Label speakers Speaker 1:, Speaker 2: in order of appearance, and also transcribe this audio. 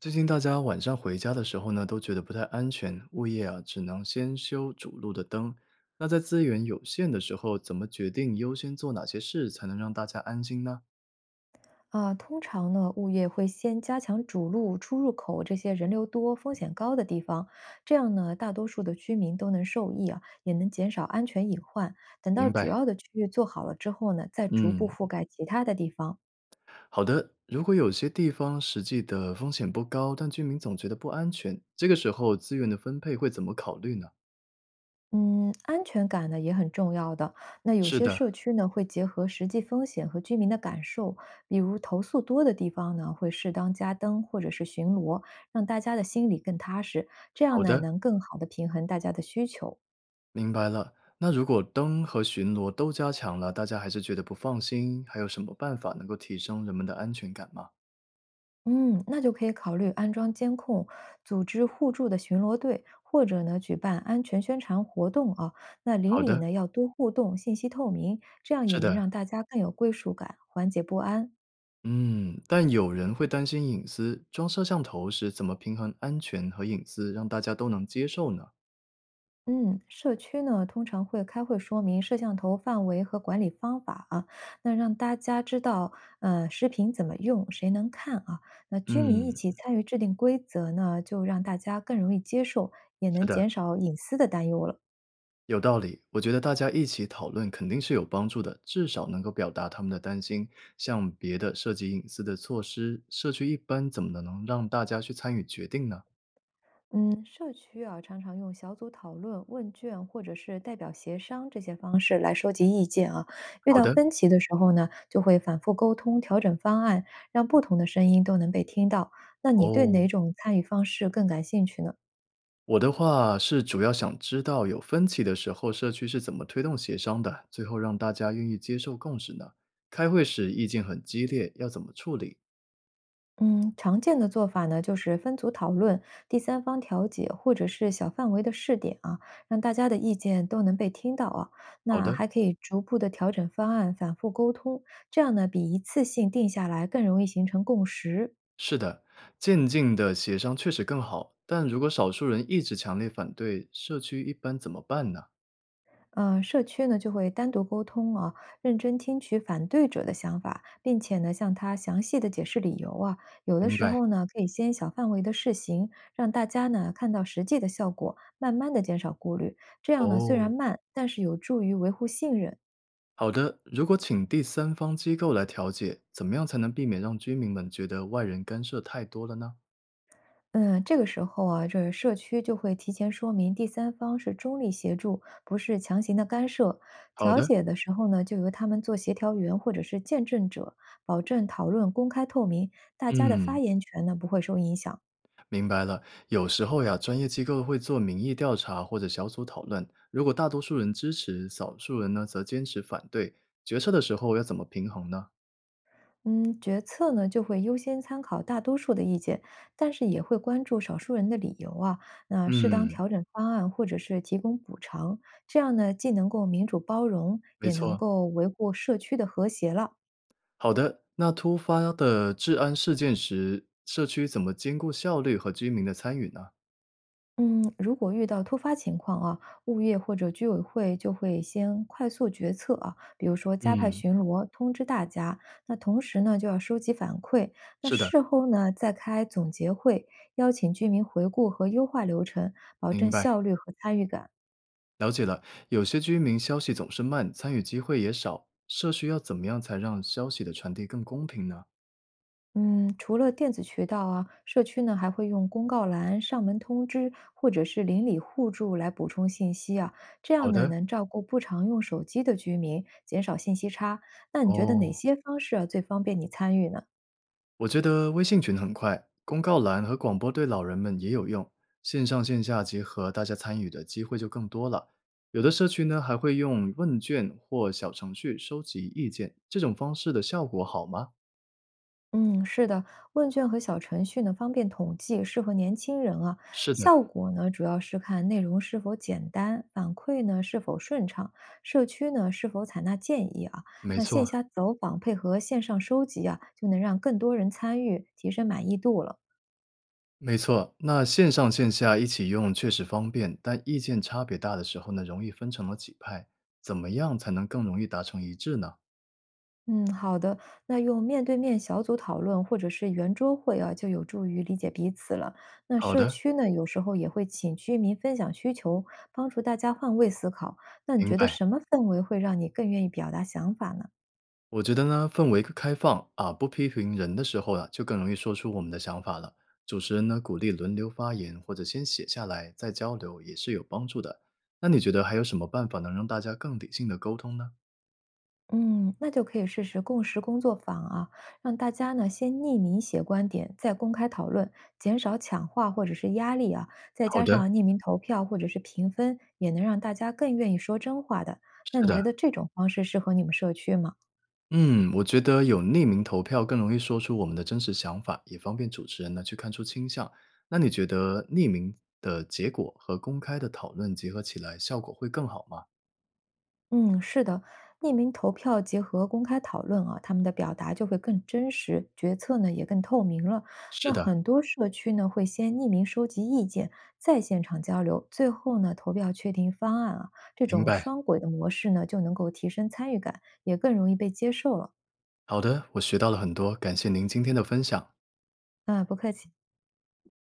Speaker 1: 最近大家晚上回家的时候呢，都觉得不太安全，物业啊只能先修主路的灯。那在资源有限的时候，怎么决定优先做哪些事才能让大家安心呢？
Speaker 2: 啊，通常呢，物业会先加强主路、出入口这些人流多、风险高的地方，这样呢，大多数的居民都能受益啊，也能减少安全隐患。等到
Speaker 1: 明白，
Speaker 2: 主要的区域做好了之后呢，再逐步
Speaker 1: 嗯，
Speaker 2: 覆盖其他的地方。
Speaker 1: 好的。如果有些地方实际的风险不高，但居民总觉得不安全，这个时候资源的分配会怎么考虑呢？
Speaker 2: 嗯，安全感呢也很重要的。那有
Speaker 1: 是
Speaker 2: 些
Speaker 1: 的，
Speaker 2: 社区呢会结合实际风险和居民的感受，比如投诉多的地方呢会适当加灯或者是巡逻，让大家的心里更踏实，这样
Speaker 1: 好
Speaker 2: 呢
Speaker 1: 的，
Speaker 2: 能更好的平衡大家的需求。
Speaker 1: 明白了。那如果灯和巡逻都加强了，大家还是觉得不放心，还有什么办法能够提升人们的安全感吗？
Speaker 2: 嗯，那就可以考虑安装监控，组织互助的巡逻队，或者呢举办安全宣传活动啊。那邻
Speaker 1: 好
Speaker 2: 里
Speaker 1: 的，
Speaker 2: 呢要多互动，信息透明，这样也
Speaker 1: 是
Speaker 2: 能
Speaker 1: 的，
Speaker 2: 让大家更有归属感，缓解不安。
Speaker 1: 嗯，但有人会担心隐私，装摄像头时怎么平衡安全和隐私，让大家都能接受呢？
Speaker 2: 嗯，社区呢通常会开会说明摄像头范围和管理方法啊，那让大家知道，视频怎么用，谁能看啊。那居民一
Speaker 1: 嗯，
Speaker 2: 起参与制定规则呢，就让大家更容易接受，也
Speaker 1: 是
Speaker 2: 能
Speaker 1: 的，
Speaker 2: 减少隐私的担忧了。
Speaker 1: 有道理。我觉得大家一起讨论肯定是有帮助的，至少能够表达他们的担心。像别的涉及隐私的措施，社区一般怎么能让大家去参与决定呢？
Speaker 2: 嗯，社区啊，常常用小组讨论、问卷或者是代表协商这些方式。遇
Speaker 1: 好
Speaker 2: 到
Speaker 1: 的，
Speaker 2: 分歧的时候呢，就会反复沟通、调整方案，让不同的声音都能被听到。那你对
Speaker 1: 哦，
Speaker 2: 哪种参与方式更感兴趣呢？
Speaker 1: 我的话是主要想知道有分歧的时候，社区是怎么推动协商的，最后让大家愿意接受共识呢？开会时意见很激烈，要怎么处理？
Speaker 2: 嗯，常见的做法呢，就是分组讨论、第三方调解，或者是小范围的试点啊，让大家的意见都能被听到啊。
Speaker 1: 好
Speaker 2: 那
Speaker 1: 的，
Speaker 2: 还可以逐步的调整方案，反复沟通，这样呢，比一次性定下来更容易形成共识。
Speaker 1: 是的，渐进的协商确实更好，但如果少数人一直强烈反对，社区一般怎么办呢？
Speaker 2: 社区呢就会单独沟通啊，认真听取反对者的想法，并且呢向他详细的解释理由啊。有的
Speaker 1: 明
Speaker 2: 时
Speaker 1: 白。
Speaker 2: 候呢，可以先小范围的试行，让大家呢看到实际的效果，慢慢的减少顾虑。这样呢虽然
Speaker 1: 哦，
Speaker 2: 慢，但是有助于维护信任。
Speaker 1: 好的，如果请第三方机构来调解，怎么样才能避免让居民们觉得外人干涉太多了呢？
Speaker 2: 嗯，这个时候啊，这社区就会提前说明第三方是中立协助，不是强行的干涉。
Speaker 1: 好
Speaker 2: 调
Speaker 1: 的，
Speaker 2: 解的时候呢，就由他们做协调员或者是见证者，保证讨论公开透明，大家的
Speaker 1: 嗯。
Speaker 2: 发言权呢不会受影响。
Speaker 1: 明白了，有时候呀，专业机构会做民意调查或者小组讨论，如果大多数人支持，少数人呢则坚持反对，决策的时候要怎么平衡呢？
Speaker 2: 嗯，决策呢就会优先参考大多数的意见，但是也会关注少数人的理由啊。那适当
Speaker 1: 嗯，
Speaker 2: 调整方案或者是提供补偿，这样呢既能够民主包容，
Speaker 1: 没
Speaker 2: 也能
Speaker 1: 错。
Speaker 2: 够维护社区的和谐了。
Speaker 1: 好的，那突发的治安事件时，社区怎么兼顾效率和居民的参与呢？
Speaker 2: 嗯，如果遇到突发情况啊，物业或者居委会就会先快速决策啊，比如说加派
Speaker 1: 嗯，
Speaker 2: 巡逻，通知大家。那同时呢，就要收集反馈。那
Speaker 1: 是的，
Speaker 2: 事后呢，再开总结会，邀请居民回顾和优化流程，保
Speaker 1: 明
Speaker 2: 证
Speaker 1: 白，
Speaker 2: 效率和参与感。
Speaker 1: 了解了。有些居民消息总是慢，参与机会也少，社区要怎么样才让消息的传递更公平呢？
Speaker 2: 嗯，除了电子渠道啊，社区呢还会用公告栏、上门通知或者是邻里互助来补充信息啊，这样
Speaker 1: 好
Speaker 2: 呢
Speaker 1: 的，
Speaker 2: 能照顾不常用手机的居民，减少信息差。那你觉得哪
Speaker 1: 哦。
Speaker 2: 些方式啊最方便你参与呢？
Speaker 1: 我觉得微信群很快，公告栏和广播对老人们也有用，线上线下结合，大家参与的机会就更多了。有的社区呢还会用问卷或小程序收集意见，这种方式的效果好吗？
Speaker 2: 嗯，是的，问卷和小程序呢，方便统计，适合年轻人啊。
Speaker 1: 是的，
Speaker 2: 效果呢，主要是看内容是否简单，反馈呢是否顺畅，社区呢是否采纳建议啊。
Speaker 1: 没
Speaker 2: 那线
Speaker 1: 错，
Speaker 2: 下走访配合线上收集啊，就能让更多人参与，提升满意度了。
Speaker 1: 没错。那线上线下一起用确实方便，但意见差别大的时候呢，容易分成了几派，怎么样才能更容易达成一致呢？
Speaker 2: 嗯，好的。那用面对面小组讨论或者是圆桌会啊，就有助于理解彼此了。那
Speaker 1: 好
Speaker 2: 社
Speaker 1: 的，
Speaker 2: 区呢，有时候也会请居民分享需求，帮助大家换位思考。那你
Speaker 1: 明
Speaker 2: 觉得
Speaker 1: 白。
Speaker 2: 什么氛围会让你更愿意表达想法呢？
Speaker 1: 我觉得呢，氛围开放啊，不批评人的时候啊，就更容易说出我们的想法了。主持人呢，鼓励轮流发言，或者先写下来再交流，也是有帮助的。那你觉得还有什么办法能让大家更理性的沟通呢？
Speaker 2: 嗯，那就可以试试共识工作坊啊，让大家呢先匿名写观点，再公开讨论，减少抢话或者是压力啊。再
Speaker 1: 好
Speaker 2: 加
Speaker 1: 的，
Speaker 2: 上匿名投票或者是评分，也能让大家更愿意说真话的。那
Speaker 1: 是
Speaker 2: 你
Speaker 1: 的，
Speaker 2: 觉得这种方式适合你们社区吗？
Speaker 1: 嗯，我觉得有匿名投票更容易说出我们的真实想法，也方便主持人呢去看出倾向。那你觉得匿名的结果和公开的讨论结合起来，效果会更好吗？
Speaker 2: 嗯，是的，匿名投票结合公开讨论啊，他们的表达就会更真实，决策呢也更透明了。
Speaker 1: 是
Speaker 2: 那
Speaker 1: 的，
Speaker 2: 很多社区呢会先匿名收集意见，再现场交流，最后呢投票确定方案啊。这
Speaker 1: 明
Speaker 2: 种
Speaker 1: 白。
Speaker 2: 双轨的模式呢就能够提升参与感，也更容易被接受了。
Speaker 1: 好的，我学到了很多，感谢您今天的分享。
Speaker 2: 啊，不客气。